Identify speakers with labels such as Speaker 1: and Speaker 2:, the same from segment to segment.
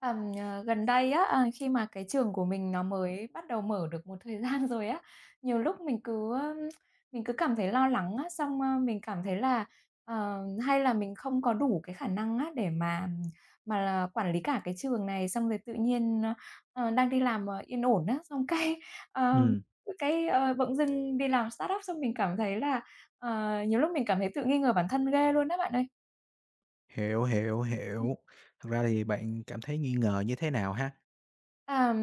Speaker 1: Ờ, gần đây á, khi mà cái trường của mình nó mới bắt đầu mở được một thời gian rồi á, nhiều lúc mình cứ cảm thấy lo lắng á. Xong, mình cảm thấy là, hay là mình không có đủ cái khả năng á, để mà là quản lý cả cái trường này. Xong rồi tự nhiên, đang đi làm, yên ổn á, xong cái, ờ,
Speaker 2: Ừm,
Speaker 1: bỗng dưng đi làm startup xong mình cảm thấy là, nhiều lúc mình cảm thấy tự nghi ngờ bản thân ghê luôn á bạn ơi.
Speaker 2: hiểu, hiểu, hiểu. Thật ra thì bạn cảm thấy nghi ngờ như thế nào ha?
Speaker 1: À,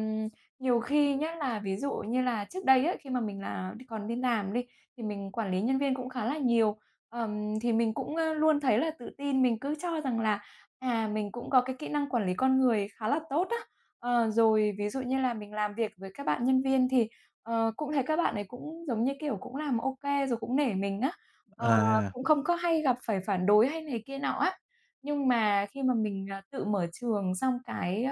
Speaker 1: nhiều khi nhá là ví dụ như là trước đây ấy, khi mà mình là đi còn đi làm đi, thì mình quản lý nhân viên cũng khá là nhiều. Thì mình cũng, luôn thấy là tự tin, mình cứ cho rằng là, à, mình cũng có cái kỹ năng quản lý con người khá là tốt á. Rồi ví dụ như là mình làm việc với các bạn nhân viên thì, cũng thấy các bạn ấy cũng, giống như kiểu, cũng làm ok rồi cũng nể mình á, ờ,
Speaker 2: À,
Speaker 1: cũng không có hay gặp phải phản đối hay này kia nọ á. Nhưng mà khi mà mình, à, tự mở trường xong cái,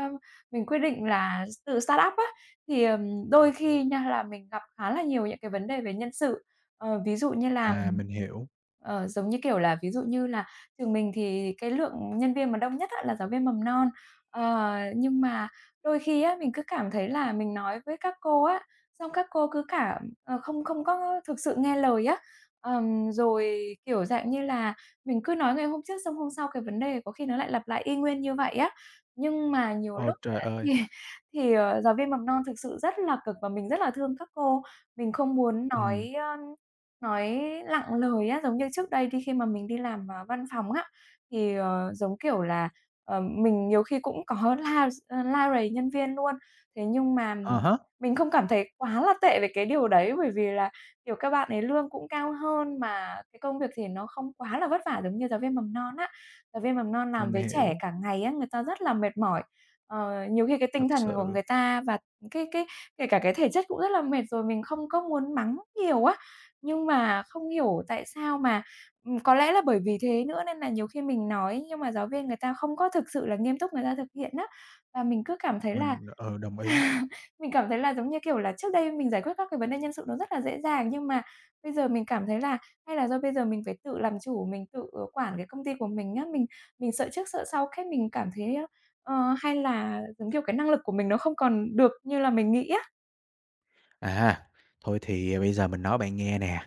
Speaker 1: mình quyết định là tự start-up á, thì, đôi khi nha là mình gặp khá là nhiều những cái vấn đề về nhân sự. Ví dụ như là,
Speaker 2: à, mình hiểu.
Speaker 1: ờ, giống như kiểu là, ví dụ như là trường mình thì cái lượng nhân viên mà đông nhất á là giáo viên mầm non. Nhưng mà đôi khi á, mình cứ cảm thấy là mình nói với các cô á, xong các cô cứ không không có thực sự nghe lời á. Rồi, kiểu, dạng như là, mình cứ nói ngày hôm trước xong hôm sau cái vấn đề có khi nó lại lặp lại y nguyên như vậy á. Nhưng mà nhiều
Speaker 2: Ôi
Speaker 1: lúc
Speaker 2: trời ơi!
Speaker 1: thì thì giáo viên mầm non thực sự rất là cực và mình rất là thương các cô. Mình không muốn
Speaker 2: Ừm,
Speaker 1: nói, nói nặng lời á, giống như trước đây đi khi mà mình đi làm, à, văn phòng á, thì, giống kiểu là, mình nhiều khi cũng có la rầy nhân viên luôn. Thế nhưng mà
Speaker 2: À há,
Speaker 1: mình không cảm thấy quá là tệ về cái điều đấy, bởi vì là, kiểu, các bạn ấy lương cũng cao hơn mà cái công việc thì nó không quá là vất vả giống như giáo viên mầm non á. Giáo viên mầm non làm
Speaker 2: mình
Speaker 1: với trẻ
Speaker 2: hiểu,
Speaker 1: cả ngày á, người ta rất là mệt mỏi. Nhiều khi cái tinh
Speaker 2: thật
Speaker 1: thần của
Speaker 2: sự
Speaker 1: người ta và cái kể cả cái thể chất cũng rất là mệt rồi, mình không có muốn mắng nhiều á. Nhưng mà không hiểu tại sao mà, có lẽ là bởi vì thế nữa nên là nhiều khi mình nói nhưng mà giáo viên người ta không có thực sự là nghiêm túc người ta thực hiện á. Và mình cứ cảm thấy là
Speaker 2: mình, ừ, đồng ý.
Speaker 1: mình cảm thấy là, giống như kiểu là, trước đây mình giải quyết các cái vấn đề nhân sự nó rất là dễ dàng, nhưng mà bây giờ mình cảm thấy là hay là do bây giờ mình phải tự làm chủ, mình tự quản cái công ty của mình á. Mình sợ trước sợ sau, cái mình cảm thấy hay là, giống kiểu, cái năng lực của mình nó không còn được như là mình nghĩ á.
Speaker 2: À, thôi thì bây giờ mình nói bạn nghe nè.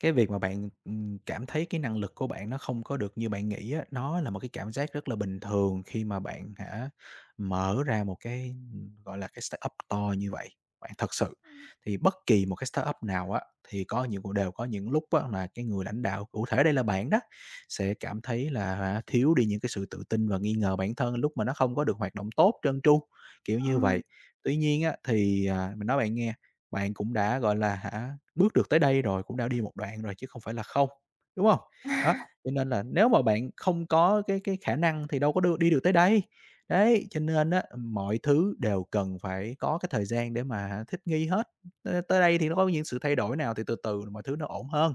Speaker 2: Cái việc mà bạn, cảm thấy cái năng lực của bạn nó không có được như bạn nghĩ á, nó là một cái cảm giác rất là bình thường khi mà bạn hả, mở ra một cái, gọi là, cái startup to như vậy. Bạn thật sự
Speaker 1: Ừm.
Speaker 2: thì bất kỳ một cái startup nào á, thì có những cũng đều có những lúc á mà cái người lãnh đạo, cụ thể đây là bạn đó, sẽ cảm thấy là hả, thiếu đi những cái sự tự tin và nghi ngờ bản thân lúc mà nó không có được hoạt động tốt, trơn tru, kiểu
Speaker 1: Ờ,
Speaker 2: như vậy. Tuy nhiên á, thì, à, mình nói bạn nghe bạn cũng đã, gọi là, hả, bước được tới đây rồi, cũng đã đi một đoạn rồi chứ không phải là không, đúng không? Đó, cho nên là nếu mà bạn không có cái khả năng thì đâu có đưa đi được tới đây. Đấy, cho nên á, mọi thứ đều cần phải có cái thời gian để mà thích nghi hết, tới tới đây thì nó có những sự thay đổi nào thì từ từ mọi thứ nó ổn hơn.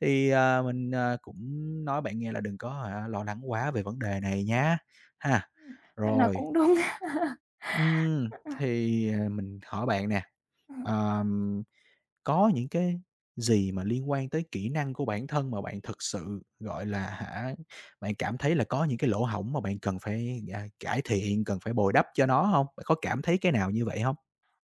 Speaker 2: Thì, à, mình, à, cũng nói bạn nghe là đừng có hả lo lắng quá về vấn đề này nhá ha.
Speaker 1: bạn nói
Speaker 2: Rồi,
Speaker 1: cũng đúng.
Speaker 2: ừm, thì, à, mình hỏi bạn nè,
Speaker 1: Ừm,
Speaker 2: có những cái gì mà liên quan tới kỹ năng của bản thân mà bạn thực sự, gọi là, hả, bạn cảm thấy là có những cái lỗ hổng mà bạn cần phải, à, cải thiện, cần phải bồi đắp cho nó không? Bạn có cảm thấy cái nào như vậy không?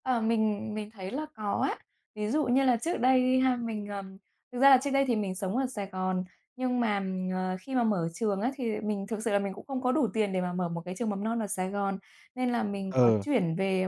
Speaker 1: mình thấy là có á. Ví dụ như là trước đây đi ha, mình, thực ra là trước đây thì mình sống ở Sài Gòn, nhưng mà, khi mà mở trường á, thì mình thực sự là mình cũng không có đủ tiền để mà mở một cái trường mầm non ở Sài Gòn, nên là mình có
Speaker 2: Ừ,
Speaker 1: chuyển về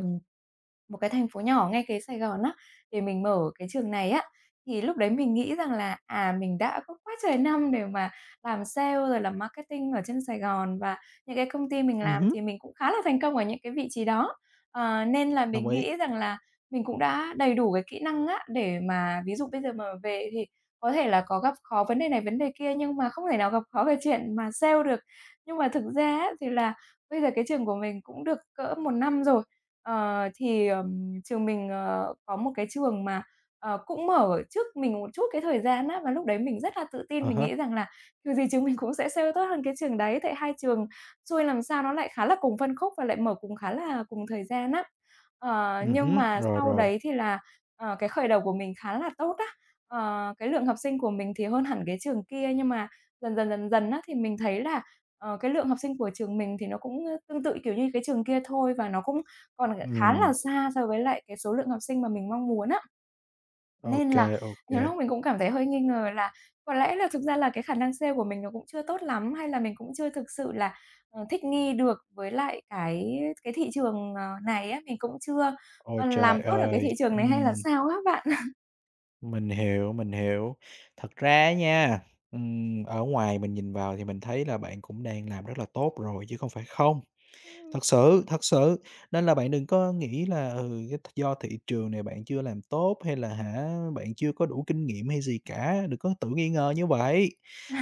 Speaker 1: một cái thành phố nhỏ ngay kế Sài Gòn á, để mình mở cái trường này á, thì lúc đấy mình nghĩ rằng là, à, mình đã có quá trời năm để mà làm sale rồi làm marketing ở trên Sài Gòn và những cái công ty mình làm
Speaker 2: hứm,
Speaker 1: thì mình cũng khá là thành công ở những cái vị trí đó. Nên là
Speaker 2: đồng
Speaker 1: mình
Speaker 2: ý,
Speaker 1: nghĩ rằng là mình cũng đã đầy đủ cái kỹ năng á, để mà ví dụ bây giờ mà về thì có thể là có gặp khó vấn đề này, vấn đề kia nhưng mà không thể nào gặp khó về chuyện mà sale được. Nhưng mà thực ra á, thì là bây giờ cái trường của mình cũng được cỡ một năm rồi. Ờ, thì, ờm, Trường mình, có một cái trường mà, cũng mở trước mình một chút cái thời gian á, và lúc đấy mình rất là tự tin,
Speaker 2: à
Speaker 1: mình
Speaker 2: há,
Speaker 1: nghĩ rằng là kiểu gì trường mình cũng sẽ sale tốt hơn cái trường đấy, tại hai trường xui làm sao nó lại khá là cùng phân khúc và lại mở cùng khá là cùng thời gian á. Nhưng
Speaker 2: hứm,
Speaker 1: mà
Speaker 2: rồi,
Speaker 1: sau
Speaker 2: rồi,
Speaker 1: đấy thì là, cái khởi đầu của mình khá là tốt á, cái lượng học sinh của mình thì hơn hẳn cái trường kia, nhưng mà dần dần, dần dần á, thì mình thấy là, cái lượng học sinh của trường mình thì nó cũng, tương tự, kiểu như, cái trường kia thôi và nó cũng còn khá là
Speaker 2: ừm,
Speaker 1: xa so với lại cái số lượng học sinh mà mình mong muốn á. Nên
Speaker 2: ok
Speaker 1: là
Speaker 2: ok.
Speaker 1: nhiều lúc mình cũng cảm thấy hơi nghi ngờ là có lẽ là thực ra là cái khả năng sale của mình nó cũng chưa tốt lắm, hay là mình cũng chưa thực sự là, thích nghi được với lại cái thị trường, này á, mình cũng chưa,
Speaker 2: Ôi trời
Speaker 1: làm tốt được cái thị
Speaker 2: ơi!
Speaker 1: trường này hay là
Speaker 2: Ừm,
Speaker 1: sao á bạn?
Speaker 2: mình hiểu, mình hiểu. Thật ra nha, ở ngoài mình nhìn vào thì mình thấy là bạn cũng đang làm rất là tốt rồi chứ không phải không.
Speaker 1: Ừm.
Speaker 2: Thật sự, nên là bạn đừng có nghĩ là, ừ, cái th do thị trường này bạn chưa làm tốt hay là hả, bạn chưa có đủ kinh nghiệm hay gì cả, đừng có tự nghi ngờ như vậy.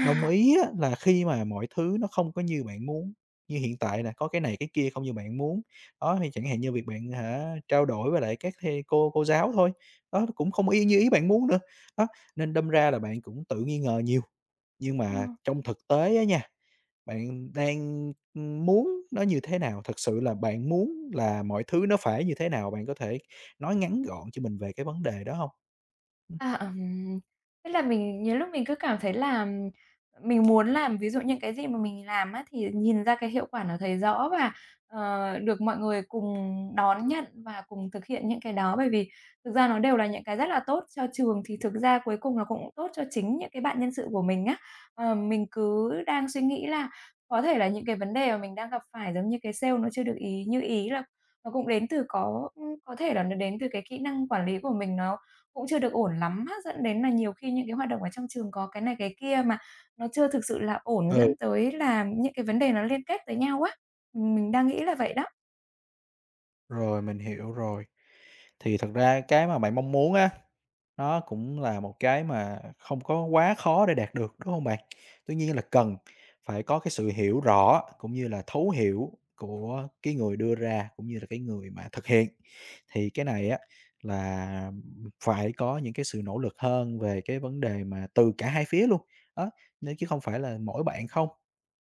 Speaker 2: Đồng ý á là khi mà mọi thứ nó không có như bạn muốn, như hiện tại là có cái này cái kia không như bạn muốn. Đó, thì chẳng hạn như việc bạn hả, trao đổi với lại các thầy cô giáo thôi, đó, nó cũng không y như ý bạn muốn nữa. Đó, nên đâm ra là bạn cũng tự nghi ngờ nhiều, nhưng
Speaker 1: Ờ.
Speaker 2: mà trong thực tế á nha bạn đang, muốn nó như thế nào? Thực sự là bạn muốn là mọi thứ nó phải như thế nào? Bạn có thể nói ngắn gọn cho mình về cái vấn đề đó hông?
Speaker 1: À, ừm, Tức là nhiều lúc mình cứ cảm thấy là mình muốn làm ví dụ những cái gì mà mình làm á, thì nhìn ra cái hiệu quả nó thấy rõ và, được mọi người cùng đón nhận và cùng thực hiện những cái đó. Bởi vì thực ra nó đều là những cái rất là tốt cho trường, thì thực ra cuối cùng nó cũng tốt cho chính những cái bạn nhân sự của mình á. Mình cứ đang suy nghĩ là có thể là những cái vấn đề mà mình đang gặp phải giống như cái sale nó chưa được ý như ý là nó cũng đến từ có thể là nó đến từ cái kỹ năng quản lý của mình nó cũng chưa được ổn lắm á, dẫn đến là nhiều khi những cái hoạt động ở trong trường có cái này cái kia mà nó chưa thực sự là ổn,
Speaker 2: Ừm. Ừ.
Speaker 1: dẫn tới là những cái vấn đề nó liên kết tới nhau á. Mình đang nghĩ là vậy đó.
Speaker 2: Rồi, mình hiểu rồi. Thì thật ra cái mà bạn mong muốn á, nó cũng là một cái mà không có quá khó để đạt được, đúng không bạn? Tuy nhiên là cần phải có cái sự hiểu rõ cũng như là thấu hiểu của cái người đưa ra, cũng như là cái người mà thực hiện. Thì cái này á là phải có những cái sự nỗ lực hơn về cái vấn đề mà từ cả hai phía luôn, đó, nếu chứ không phải là mỗi bạn không.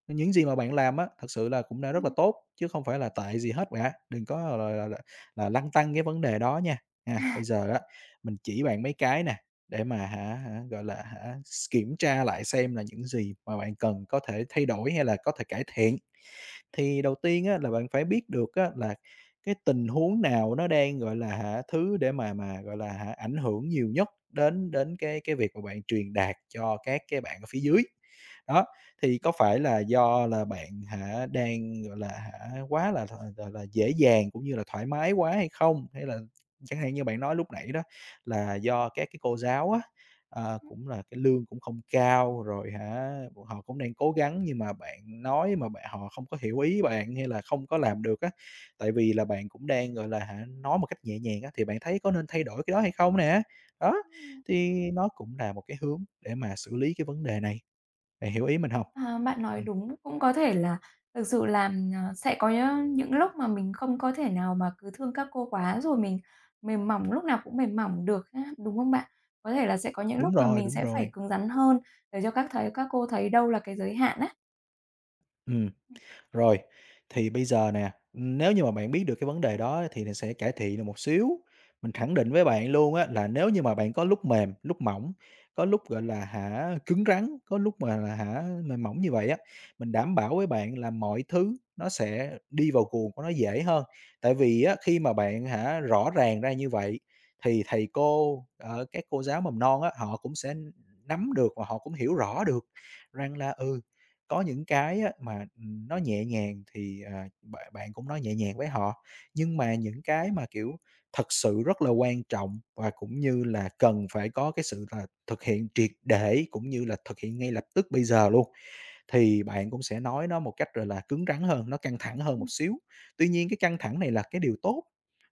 Speaker 2: Nên những gì mà bạn làm á, thật sự là cũng đã rất là
Speaker 1: Ừm,
Speaker 2: tốt, chứ không phải là tệ gì hết cả. Đừng có là lăn tăn cái vấn đề đó nha. À, bây giờ á, mình chỉ bạn mấy cái nè, để mà hả hả, gọi là, hả, kiểm tra lại xem là những gì mà bạn cần có thể thay đổi hay là có thể cải thiện. Thì đầu tiên á, là bạn phải biết được á, là cái tình huống nào nó đang, gọi là, hả, thứ để mà gọi là, hả, ảnh hưởng nhiều nhất đến đến cái việc mà bạn truyền đạt cho các cái bạn ở phía dưới. Đó, thì có phải là do là bạn hả, đang, gọi là, hả, quá là gọi là, dễ dàng cũng như là thoải mái quá hay không? Hay là chẳng hạn như bạn nói lúc nãy đó là do các cái cô giáo á, ờ, cũng là cái lương cũng không cao, rồi hả, họ cũng đang cố gắng nhưng mà bạn nói mà bạn họ không có hiểu ý bạn hay là không có làm được á? Tại vì là bạn cũng đang, gọi là hả, nói một cách nhẹ nhàng á, thì bạn thấy có nên thay đổi cái đó hay không nè? Đó.
Speaker 1: ừm.
Speaker 2: Thì nó cũng là một cái hướng để mà xử lý cái vấn đề này. Bạn hiểu ý mình hông?
Speaker 1: À, bạn nói
Speaker 2: Ừm,
Speaker 1: đúng, cũng có thể là thực sự là, sẽ những lúc mà mình không có thể nào mà cứ thương các cô quá rồi mình mềm mỏng, lúc nào cũng mềm mỏng được ha, đúng không bạn? Có thể là sẽ có những
Speaker 2: đúng
Speaker 1: lúc mà
Speaker 2: rồi,
Speaker 1: mình
Speaker 2: đúng
Speaker 1: sẽ phải
Speaker 2: rồi.
Speaker 1: cứng rắn hơn để cho các cô thấy đâu là cái giới hạn á.
Speaker 2: Ừm. Rồi, thì bây giờ nè, nếu như mà bạn biết được cái vấn đề đó thì mình sẽ cải thiện được một xíu. Mình khẳng định với bạn luôn á là nếu như mà bạn có lúc mềm, lúc mỏng, có lúc, gọi là, hả, cứng rắn, có lúc mà là, hả, mềm mỏng như vậy á, mình đảm bảo với bạn là mọi thứ nó sẽ đi vào guồng của nó dễ hơn. Tại vì á, khi mà bạn, hả, rõ ràng ra như vậy thì thầy cô, ở các cô giáo mầm non á, họ cũng sẽ nắm được và họ cũng hiểu rõ được rằng là, ừ, có những cái á mà, nó nhẹ nhàng thì, à, bạn bạn cũng nói nhẹ nhàng với họ, nhưng mà những cái mà, kiểu, thật sự rất là quan trọng và cũng như là cần phải có cái sự là thực hiện triệt để cũng như là thực hiện ngay lập tức bây giờ luôn thì bạn cũng sẽ nói nó một cách, rồi là, cứng rắn hơn, nó căng thẳng hơn
Speaker 1: Ừm,
Speaker 2: một xíu. Tuy nhiên cái căng thẳng này là cái điều tốt,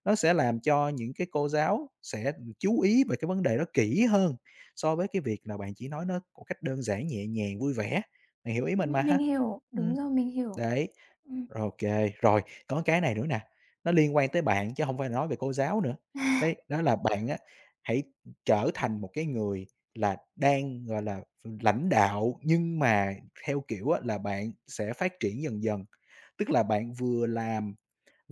Speaker 2: nó sẽ làm cho những cái cô giáo sẽ, chú ý về cái vấn đề đó kỹ hơn so với cái việc là bạn chỉ nói nó một cách đơn giản, nhẹ nhàng, vui vẻ. Bạn hiểu ý mình mà
Speaker 1: Mình
Speaker 2: ha?
Speaker 1: hiểu, đúng
Speaker 2: Ừm.
Speaker 1: rồi, mình hiểu.
Speaker 2: Đấy,
Speaker 1: Ừm.
Speaker 2: rồi ô Rồi, có cái này nữa nè, nó liên quan tới bạn chứ hông phải nói về cô giáo nữa. Đấy, đó là bạn á, hãy trở thành một cái người là đang, gọi là, lãnh đạo nhưng mà theo kiểu á là bạn sẽ phát triển dần dần. Tức là bạn vừa làm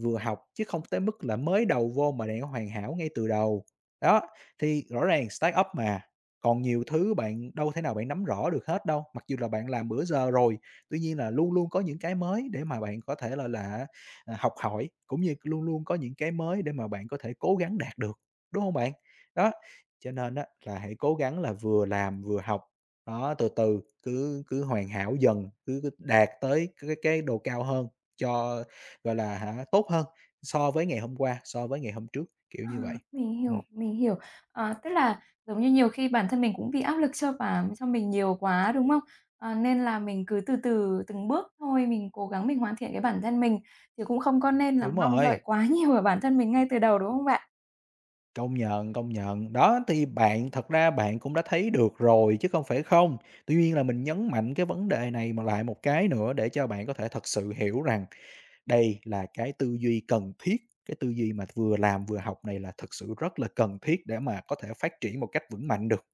Speaker 2: vừa học, chứ không tới mức là mới đầu vô mà đã hoàn hảo ngay từ đầu. Đó, thì rõ ràng start-up mà, còn nhiều thứ bạn đâu thể nào bạn nắm rõ được hết đâu, mặc dù là bạn làm bữa giờ rồi, tuy nhiên là luôn luôn có những cái mới để mà bạn có thể là à, học hỏi, cũng như luôn luôn có những cái mới để mà bạn có thể cố gắng đạt được, đúng không bạn? Đó, cho nên á là hãy cố gắng là vừa làm vừa học, đó, từ từ cứ cứ hoàn hảo dần, cứ cứ đạt tới cái độ cao hơn cho gọi là hả, tốt hơn so với ngày hôm qua, so với ngày hôm trước, kiểu
Speaker 1: À,
Speaker 2: như vậy.
Speaker 1: mình
Speaker 2: Ừm,
Speaker 1: hiểu, mình hiểu. Tức là, giống như, nhiều khi bản thân mình cũng bị áp lực cho mình nhiều quá, đúng không? Nên là mình cứ từ từ, từng bước thôi, mình cố gắng mình hoàn thiện cái bản thân mình, chứ cũng không có nên là
Speaker 2: đúng
Speaker 1: mong đợi
Speaker 2: rồi,
Speaker 1: quá nhiều ở bản thân mình ngay từ đầu, đúng không bạn?
Speaker 2: công nhận, công nhận. Đó, thì bạn thật ra bạn cũng đã thấy được rồi chứ không phải không. Tuy nhiên là mình nhấn mạnh cái vấn đề này mà lại một cái nữa để cho bạn có thể thật sự hiểu rằng đây là cái tư duy cần thiết, cái tư duy mà vừa làm vừa học này là thực sự rất là cần thiết để mà có thể phát triển một cách vững mạnh được.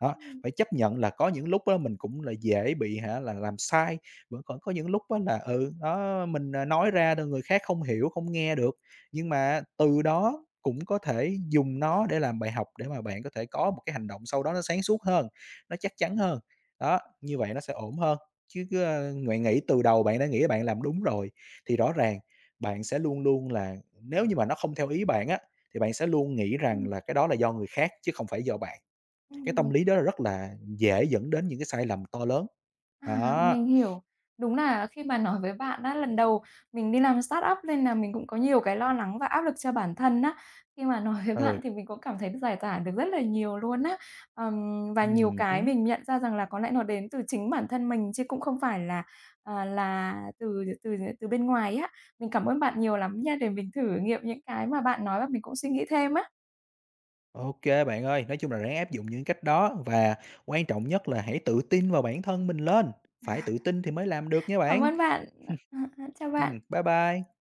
Speaker 2: Đó,
Speaker 1: Ừm,
Speaker 2: phải chấp nhận là có những lúc á mình cũng là dễ bị hả là làm sai, vẫn còn có những lúc á là, ừ, đó, mình, à, nói ra rồi người khác không hiểu, không nghe được. Nhưng mà từ đó cũng có thể dùng nó để làm bài học để mà bạn có thể có một cái hành động sau đó nó sáng suốt hơn, nó chắc chắn hơn. Đó, như vậy nó sẽ ổn hơn, chứ cứ, a, bạn nghĩ từ đầu bạn đã nghĩ bạn làm đúng rồi, thì rõ ràng bạn sẽ luôn luôn là nếu như mà nó không theo ý bạn á, thì bạn sẽ luôn nghĩ
Speaker 1: ừm,
Speaker 2: rằng là cái đó là do người khác chứ không phải do bạn. Cái tâm
Speaker 1: ừm.
Speaker 2: lý đó là rất là dễ dẫn đến những cái sai lầm to lớn.
Speaker 1: À,
Speaker 2: Đó,
Speaker 1: mình hiểu. Đúng là khi mà nói với bạn á, lần đầu mình đi làm startup nên là mình cũng có nhiều cái lo lắng và áp lực cho bản thân á. Khi mà nói với bạn
Speaker 2: ừ,
Speaker 1: thì mình cũng cảm thấy giải tỏa được rất là nhiều luôn á. Và nhiều cái
Speaker 2: hứm.
Speaker 1: mình nhận ra rằng là có lẽ nó đến từ chính bản thân mình chứ cũng không phải là, à, là từ từ từ bên ngoài á. Mình cảm ơn bạn nhiều lắm nha, để mình thử nghiệm những cái mà bạn nói và mình cũng suy nghĩ thêm á.
Speaker 2: Ô bạn ơi, nói chung là ráng áp dụng những cách đó và quan trọng nhất là hãy tự tin vào bản thân mình lên, phải tự tin thì mới làm được nha
Speaker 1: Cảm
Speaker 2: bạn.
Speaker 1: ơn bạn. Chào bạn.
Speaker 2: Bye bye.